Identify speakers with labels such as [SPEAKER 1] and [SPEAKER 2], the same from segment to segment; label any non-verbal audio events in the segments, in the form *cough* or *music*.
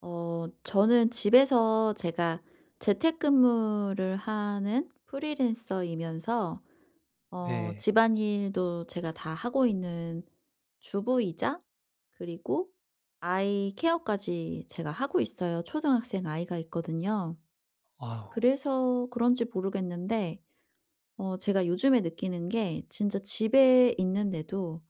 [SPEAKER 1] 저는 집에서 제가 재택근무를 하는 프리랜서이면서
[SPEAKER 2] 네.
[SPEAKER 1] 집안일도 제가 다 하고 있는 주부이자, 그리고 아이 케어까지 제가 하고 있어요. 초등학생 아이가 있거든요.
[SPEAKER 2] 아우.
[SPEAKER 1] 그래서 그런지 모르겠는데, 제가 요즘에 느끼는 게, 진짜 집에 있는데도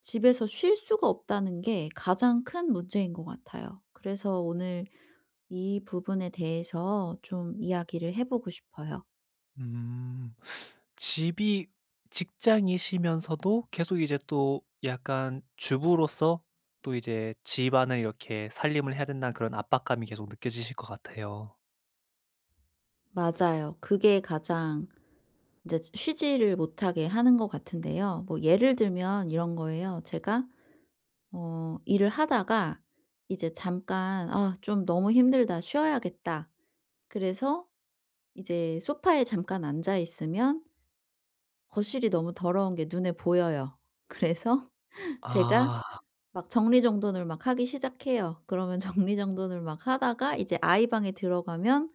[SPEAKER 1] 집에서 쉴 수가 없다는 게 가장 큰 문제인 것 같아요. 그래서 오늘 이 부분에 대해서 좀 이야기를 해 보고 싶어요.
[SPEAKER 2] 음. 집이 직장이시면서도 계속 이제 또 약간 주부로서 또 이제 집안을 이렇게 살림을 해야 된다는 그런 압박감이 계속 느껴지실 것 같아요.
[SPEAKER 1] 맞아요. 그게 가장 이제 쉬지를 못하게 하는 것 같은데요. 뭐, 예를 들면 이런 거예요. 제가 일을 하다가 이제 잠깐, '아 좀 너무 힘들다. 쉬어야겠다.' 그래서 이제 소파에 잠깐 앉아 있으면 거실이 너무 더러운 게 눈에 보여요. 그래서 *laughs* 제가
[SPEAKER 2] 아.
[SPEAKER 1] 막 정리정돈을 막 하기 시작해요. 그러면 *laughs* 정리정돈을 막 하다가 이제 아이 방에 들어가면,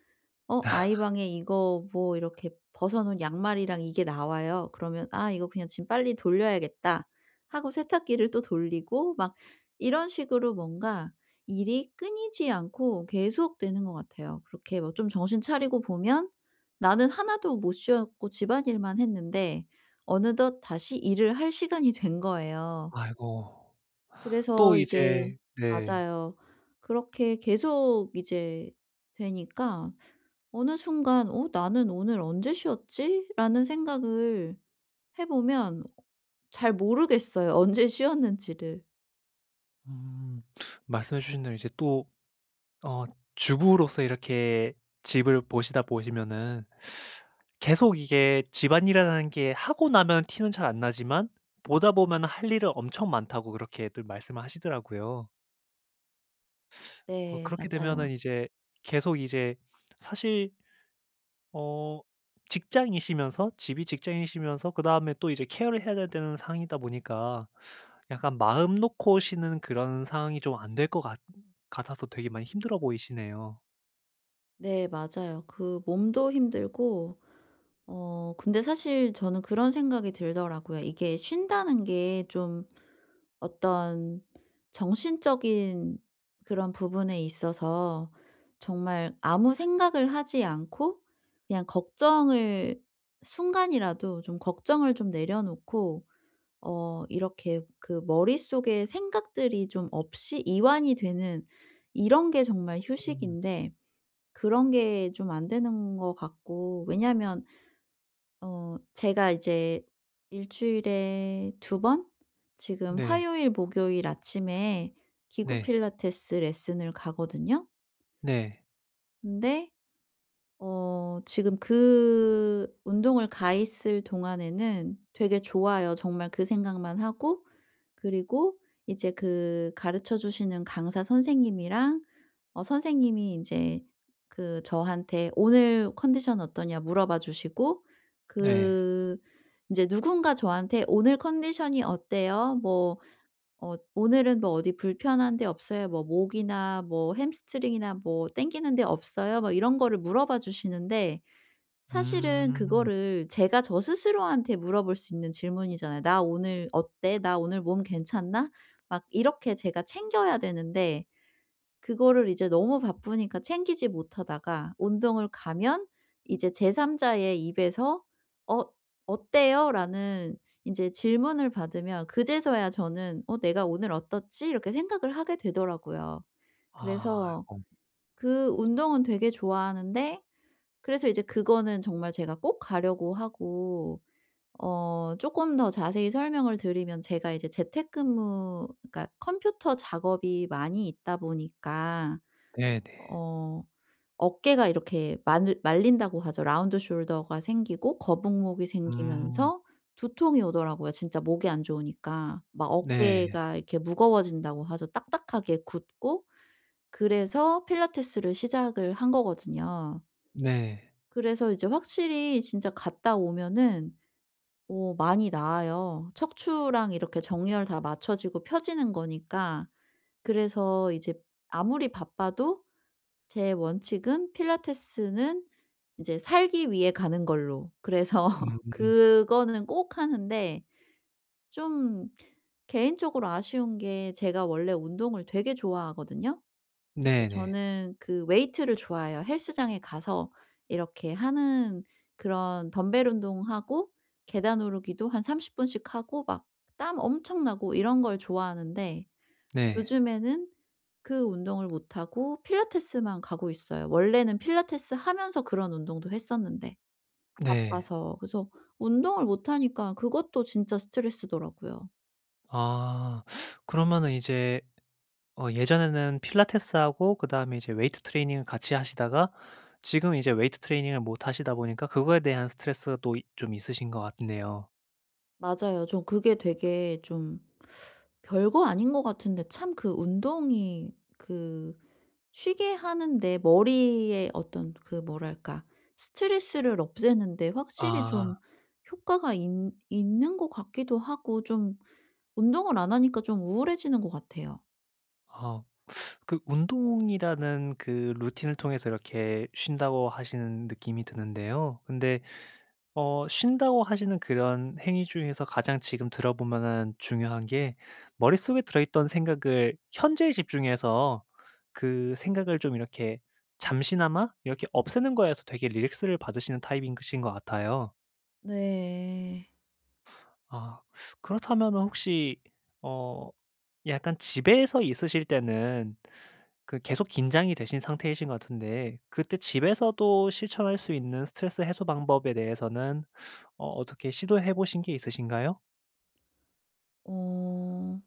[SPEAKER 1] 아이 방에 이거 뭐 이렇게 벗어 놓은 양말이랑 이게 나와요. 그러면 '아 이거 그냥 지금 빨리 돌려야겠다.' 하고 세탁기를 또 돌리고, 막 이런 식으로 뭔가 일이 끊이지 않고 계속되는 것 같아요. 그렇게 뭐 좀 정신 차리고 보면, 나는 하나도 못 쉬었고 집안일만 했는데 어느덧 다시 일을 할 시간이 된 거예요.
[SPEAKER 2] 아이고. 또
[SPEAKER 1] 그래서 이제,
[SPEAKER 2] 이제 네.
[SPEAKER 1] 맞아요. 그렇게 계속 이제 되니까, 어느 순간 '어 나는 오늘 언제 쉬었지?'라는 생각을 해 보면 잘 모르겠어요, *laughs* 언제 쉬었는지를.
[SPEAKER 2] 음. 말씀해 주신 대로 이제 또 어 주부로서 이렇게 집을 보시다 보시면은, 계속 이게 집안일이라는 게 하고 나면 티는 잘 안 나지만 보다 보면 할 일은 엄청 많다고, 그렇게들 말씀을 하시더라고요.
[SPEAKER 1] 네,
[SPEAKER 2] 그렇게
[SPEAKER 1] 맞아요.
[SPEAKER 2] 되면은 이제 계속 이제 사실, 어 직장이시면서, 집이 직장이시면서 그다음에 또 이제 케어를 해야 되는 상황이다 보니까, 약간 마음 놓고 쉬는 그런 상황이 좀 안 될 것 같 같아서 되게 많이 힘들어 보이시네요.
[SPEAKER 1] 네, 맞아요. 그 몸도 힘들고, 근데 사실 저는 그런 생각이 들더라고요. 이게 쉰다는 게 좀 어떤 정신적인 그런 부분에 있어서, 정말 아무 생각을 하지 않고, 그냥 걱정을, 순간이라도 좀 걱정을 좀 내려놓고, 이렇게 그 머릿속에 생각들이 좀 없이 이완이 되는, 이런 게 정말
[SPEAKER 2] 음.
[SPEAKER 1] 휴식인데, 그런 게 좀 안 되는 것 같고. 왜냐면 제가 이제 일 주일에 두 번, 지금
[SPEAKER 2] 네.
[SPEAKER 1] 화요일, 목요일 아침에 기구
[SPEAKER 2] 네.
[SPEAKER 1] 필라테스 레슨을 가거든요.
[SPEAKER 2] 네.
[SPEAKER 1] 근데 지금 그 운동을 가 있을 동안에는 되게 좋아요. 정말 그 생각만 하고. 그리고 이제 그 가르쳐 주시는 강사 선생님이랑, 선생님이 이제 그 저한테 "오늘 컨디션 어떠냐?" 물어봐 주시고.
[SPEAKER 2] 네.
[SPEAKER 1] 그 이제 누군가 저한테 "오늘 컨디션이 어때요? 뭐 오늘은 뭐 어디 불편한 데 없어요? 뭐 목이나 뭐 햄스트링이나 뭐 땡기는데 없어요?" 뭐 이런 거를 물어봐 주시는데, 사실은
[SPEAKER 2] 음.
[SPEAKER 1] 그거를 제가 저 스스로한테 물어볼 수 있는 질문이잖아요. "나 오늘 어때? 나 오늘 몸 괜찮나?" 막 이렇게 제가 챙겨야 되는데, 그거를 이제 너무 바쁘니까 챙기지 못하다가, 운동을 가면 이제 제3 자의 입에서 "어 어때요?"라는 인제 질문을 받으면 그제서야 저는 '어 내가 오늘 어떻지?' 이렇게 생각을 하게 되더라고요.
[SPEAKER 2] 아,
[SPEAKER 1] 그래서
[SPEAKER 2] 아이고.
[SPEAKER 1] 그 운동은 되게 좋아하는데, 그래서 이제 그거는 정말 제가 꼭 가려고 하고. 쪼끔 더 자세히 설명을 드리면, 제가 이제 재택근무, 그러니까 컴퓨터 작업이 많이 있다 보니까
[SPEAKER 2] 네네.
[SPEAKER 1] 어 어깨가 이렇게 말린다고 하죠. 라운드 숄더가 생기고 거북목이
[SPEAKER 2] 음.
[SPEAKER 1] 생기면서 두통이 오더라고요, 진짜 목이 안 좋으니까. 막
[SPEAKER 2] 네.
[SPEAKER 1] 어깨가 이렇게 무거워진다고 하죠, 딱딱하게 굳고. 그래서 필라테스를 시작을 한 거거든요.
[SPEAKER 2] 네.
[SPEAKER 1] 그래서 이제 확실히 진짜 갔다 오면은 많이 나아요. 척추랑 이렇게 정렬 다 맞춰지고 펴지는 거니까. 그래서 이제 아무리 바빠도 제 원칙은, 필라테스는 이제 살기 위해 가는 걸로. 그래서 *laughs*
[SPEAKER 2] 음.
[SPEAKER 1] 그거는 꼭 하는데, 좀 개인적으로 아쉬운 게 제가 원래 운동을 되게 좋아하거든요.
[SPEAKER 2] 네네. 네.
[SPEAKER 1] 저는 그 웨이트를 좋아해요. 헬스장에 가서 이렇게 하는 그런 덤벨 운동하고, 계단 오르기도 한 30 분씩 하고, 막 땀 엄청 나고 이런 걸 좋아하는데,
[SPEAKER 2] 네.
[SPEAKER 1] 요즘에는 그 운동을 못 하고 필라테스만 가고 있어요. 원래는 필라테스 하면서 그런 운동도 했었는데,
[SPEAKER 2] 네.
[SPEAKER 1] 바빠서. 그래서 운동을 못 하니까 그것도 진짜 스트레스더라고요.
[SPEAKER 2] 아. 그러면은 이제, 예전에는 필라테스하고 그다음에 이제 웨이트 트레이닝을 같이 하시다가, 지금 이제 웨이트 트레이닝을 못 하시다 보니까 그거에 대한 스트레스도 이 좀 있으신 것 같네요.
[SPEAKER 1] 맞아요. 좀, 그게 되게 좀 별거 아닌 것 같은데, 참 그 운동이 그 쉬게 하는데, 머리에 어떤 그 뭐랄까, 스트레스를 없애는데 확실히
[SPEAKER 2] 아.
[SPEAKER 1] 좀 효과가 있는 것 같기도 하고. 좀 운동을 안 하니까 좀 우울해지는 것 같아요.
[SPEAKER 2] 아. 그 운동이라는 그 루틴을 통해서 이렇게 쉰다고 하시는 느낌이 드는데요. 근데 쉰다고 하시는 그런 행위 중에서 가장 지금 들어보면은 중요한 게, 머릿속에 들어있던 생각을 현재에 집중해서 그 생각을 좀 이렇게 잠시나마 이렇게 없애는 거에서 되게 릴렉스를 받으시는 타입이신 것 같아요.
[SPEAKER 1] 네.
[SPEAKER 2] 아, 그렇다면 혹시 어 약간 집에서 있으실 때는 그 계속 긴장이 되신 상태이신 것 같은데, 그때 집에서도 실천할 수 있는 스트레스 해소 방법에 대해서는 어떻게 시도해 보신 게 있으신가요?
[SPEAKER 1] 어.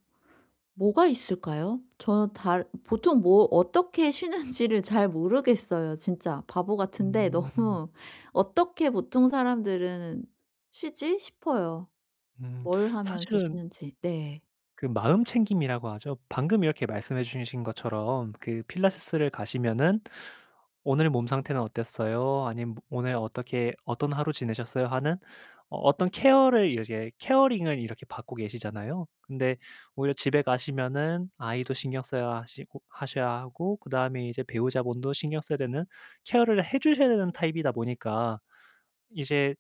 [SPEAKER 1] 뭐가 있을까요? 저 다 보통 뭐 어떻게 쉬는지를 잘 모르겠어요. 진짜 바보 같은데,
[SPEAKER 2] 음.
[SPEAKER 1] 너무 *laughs* '어떻게 보통 사람들은 쉬지?' 싶어요.
[SPEAKER 2] 음.
[SPEAKER 1] 뭘 하면서
[SPEAKER 2] 사실은
[SPEAKER 1] 쉬는지. 네.
[SPEAKER 2] 그 마음 챙김이라고 하죠. 방금 이렇게 말씀해 주신 것처럼, 그 필라테스를 가시면은 "오늘 몸 상태는 어땠어요?" 아니면 "뭐 오늘 어떻게 어떤 하루 지내셨어요?" 하는 어떤 케어를, 이제 케어링을 이렇게 받고 계시잖아요. 근데 오히려 집에 가시면은 아이도 신경 써야 하시고 하셔야 하고, 그다음에 이제 배우자분도 신경 써야 되는, 케어를 해 주셔야 되는 타입이다 보니까, 이제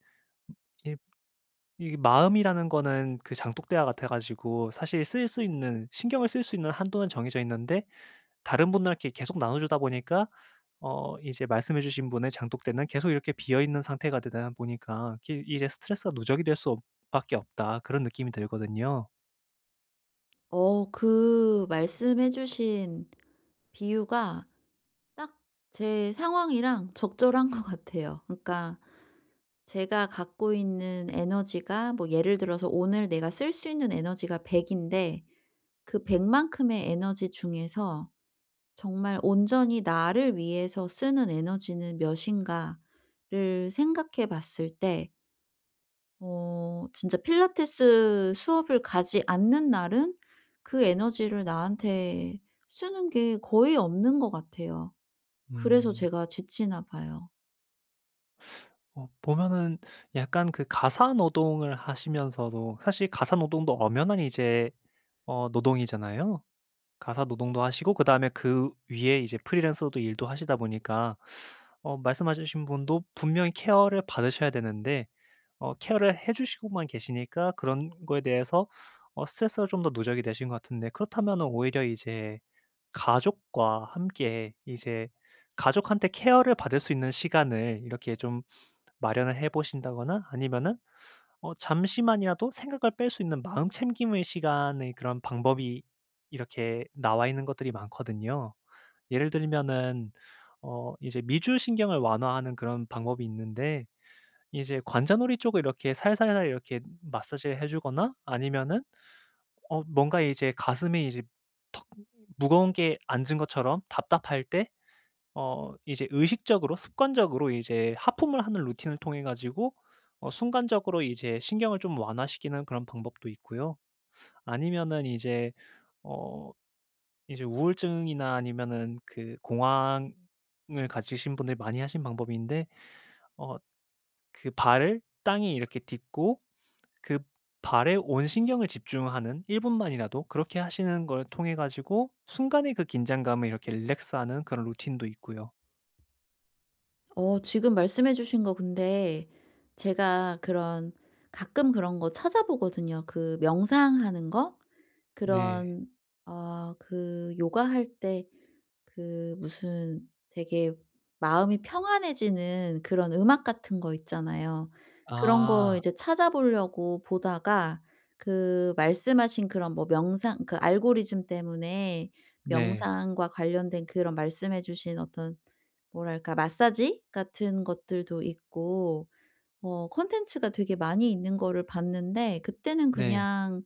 [SPEAKER 2] 이 이게 마음이라는 거는 그 장독대와 같아 가지고, 사실 쓸 수 있는 신경을 쓸 수 있는 한도는 정해져 있는데 다른 분들께 계속 나눠 주다 보니까, 이제 말씀해 주신 분의 장독대는 계속 이렇게 비어 있는 상태가 되다 보니까, 이게 이제 '스트레스가 누적이 될 수 없 밖에 없다.' 그런 느낌이 들거든요.
[SPEAKER 1] 그 말씀해 주신 비유가 딱 제 상황이랑 적절한 것 같아요. 그러니까 제가 갖고 있는 에너지가, 뭐 예를 들어서 오늘 내가 쓸 수 있는 에너지가 100 인데, 그 100 만큼의 에너지 중에서 정말 온전히 나를 위해서 쓰는 에너지는 몇인가를 생각해 봤을 때, 진짜 필라테스 수업을 가지 않는 날은 그 에너지를 나한테 쓰는 게 거의 없는 것 같아요. 그래서
[SPEAKER 2] 음.
[SPEAKER 1] 제가 지치나 봐요.
[SPEAKER 2] 보면은 약간 그 가사 노동을 하시면서도, 사실 가사 노동도 엄연한 이제 노동이잖아요. 가사 노동도 하시고 그다음에 그 위에 이제 프리랜서로도 일도 하시다 보니까, 말씀하신 분도 분명히 케어를 받으셔야 되는데 케어를 해 주시고만 계시니까, 그런 거에 대해서 스트레스가 좀 더 누적이 되신 것 같은데, 그렇다면은 오히려 이제 가족과 함께 이제 가족한테 케어를 받을 수 있는 시간을 이렇게 좀 마련을 해 보신다거나, 아니면은 잠시만이라도 생각을 뺄 수 있는 마음 챙김의 시간의 그런 방법이 이렇게 나와 있는 것들이 많거든요. 예를 들면은 이제 미주신경을 완화하는 그런 방법이 있는데, 이제 관자놀이 쪽을 이렇게 살살살 이렇게 마사지를 해 주거나, 아니면은 뭔가 이제 가슴에 이제 턱 무거운 게 앉은 것처럼 답답할 때 이제 의식적으로 습관적으로 이제 하품을 하는 루틴을 통해 가지고, 순간적으로 이제 신경을 좀 완화시키는 그런 방법도 있고요. 아니면은 이제 어 이제 우울증이나 아니면은 그 공황을 가지신 분들이 많이 하신 방법인데, 어 그 발을 땅에 이렇게 딛고 그 발에 온 신경을 집중하는 1 분만이라도 그렇게 하시는 걸 통해 가지고, 순간의 그 긴장감을 이렇게 릴렉스하는 그런 루틴도 있고요.
[SPEAKER 1] 지금 말씀해 주신 거 근데, 제가 그런 가끔 그런 거 찾아보거든요. 그 명상하는 거?
[SPEAKER 2] 네.
[SPEAKER 1] 그런, 그 요가할 때 그 무슨 되게 마음이 평안해지는 그런 음악 같은 거 있잖아요. 그런 거
[SPEAKER 2] 아.
[SPEAKER 1] 이제 찾아보려고 보다가, 그 말씀하신 그런 뭐 명상, 그 알고리즘 때문에
[SPEAKER 2] 네.
[SPEAKER 1] 명상과 관련된 그런 말씀해 주신 어떤 뭐랄까 마사지 같은 것들도 있고, 콘텐츠가 되게 많이 있는 거를 봤는데, 그때는
[SPEAKER 2] 네.
[SPEAKER 1] 그냥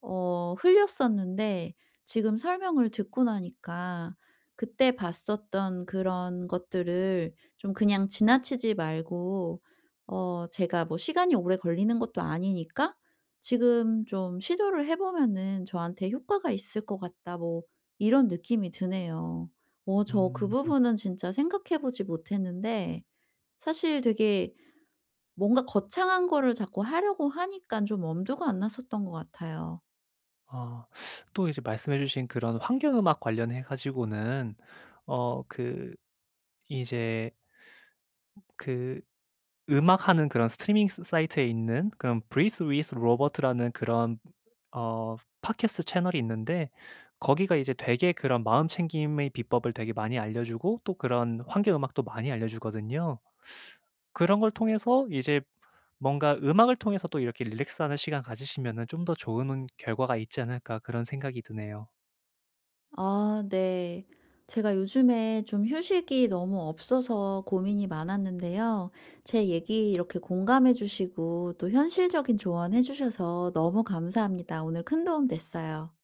[SPEAKER 1] 흘렸었는데, 지금 설명을 듣고 나니까 그때 봤었던 그런 것들을 좀 그냥 지나치지 말고, 제가 뭐 시간이 오래 걸리는 것도 아니니까 지금 좀 '시도를 해 보면은 저한테 효과가 있을 것 같다.' 뭐 이런 느낌이 드네요. 저 그
[SPEAKER 2] 음.
[SPEAKER 1] 부분은 진짜 생각해 보지 못했는데, 사실 되게 뭔가 거창한 거를 자꾸 하려고 하니까 좀 엄두가 안 났었던 것 같아요.
[SPEAKER 2] 아. 또 이제 말씀해 주신 그런 환경 음악 관련해 가지고는, 그 이제 그 음악하는 그런 스트리밍 스 사이트에 있는 그런 Breathe with Robert라는 그런 팟캐스트 채널이 있는데, 거기가 이제 되게 그런 마음 챙김의 비법을 되게 많이 알려 주고 또 그런 환경 음악도 많이 알려 주거든요. 그런 걸 통해서 이제 뭔가 음악을 통해서 또 이렇게 릴렉스하는 시간 가지시면은 좀 더 좋은 결과가 있지 않을까 그런 생각이 드네요.
[SPEAKER 1] 아 네. 제가 요즘에 좀 휴식이 너무 없어서 고민이 많았는데요. 제 얘기 이렇게 공감해 주시고 또 현실적인 조언해 주셔서 너무 감사합니다. 오늘 큰 도움 됐어요.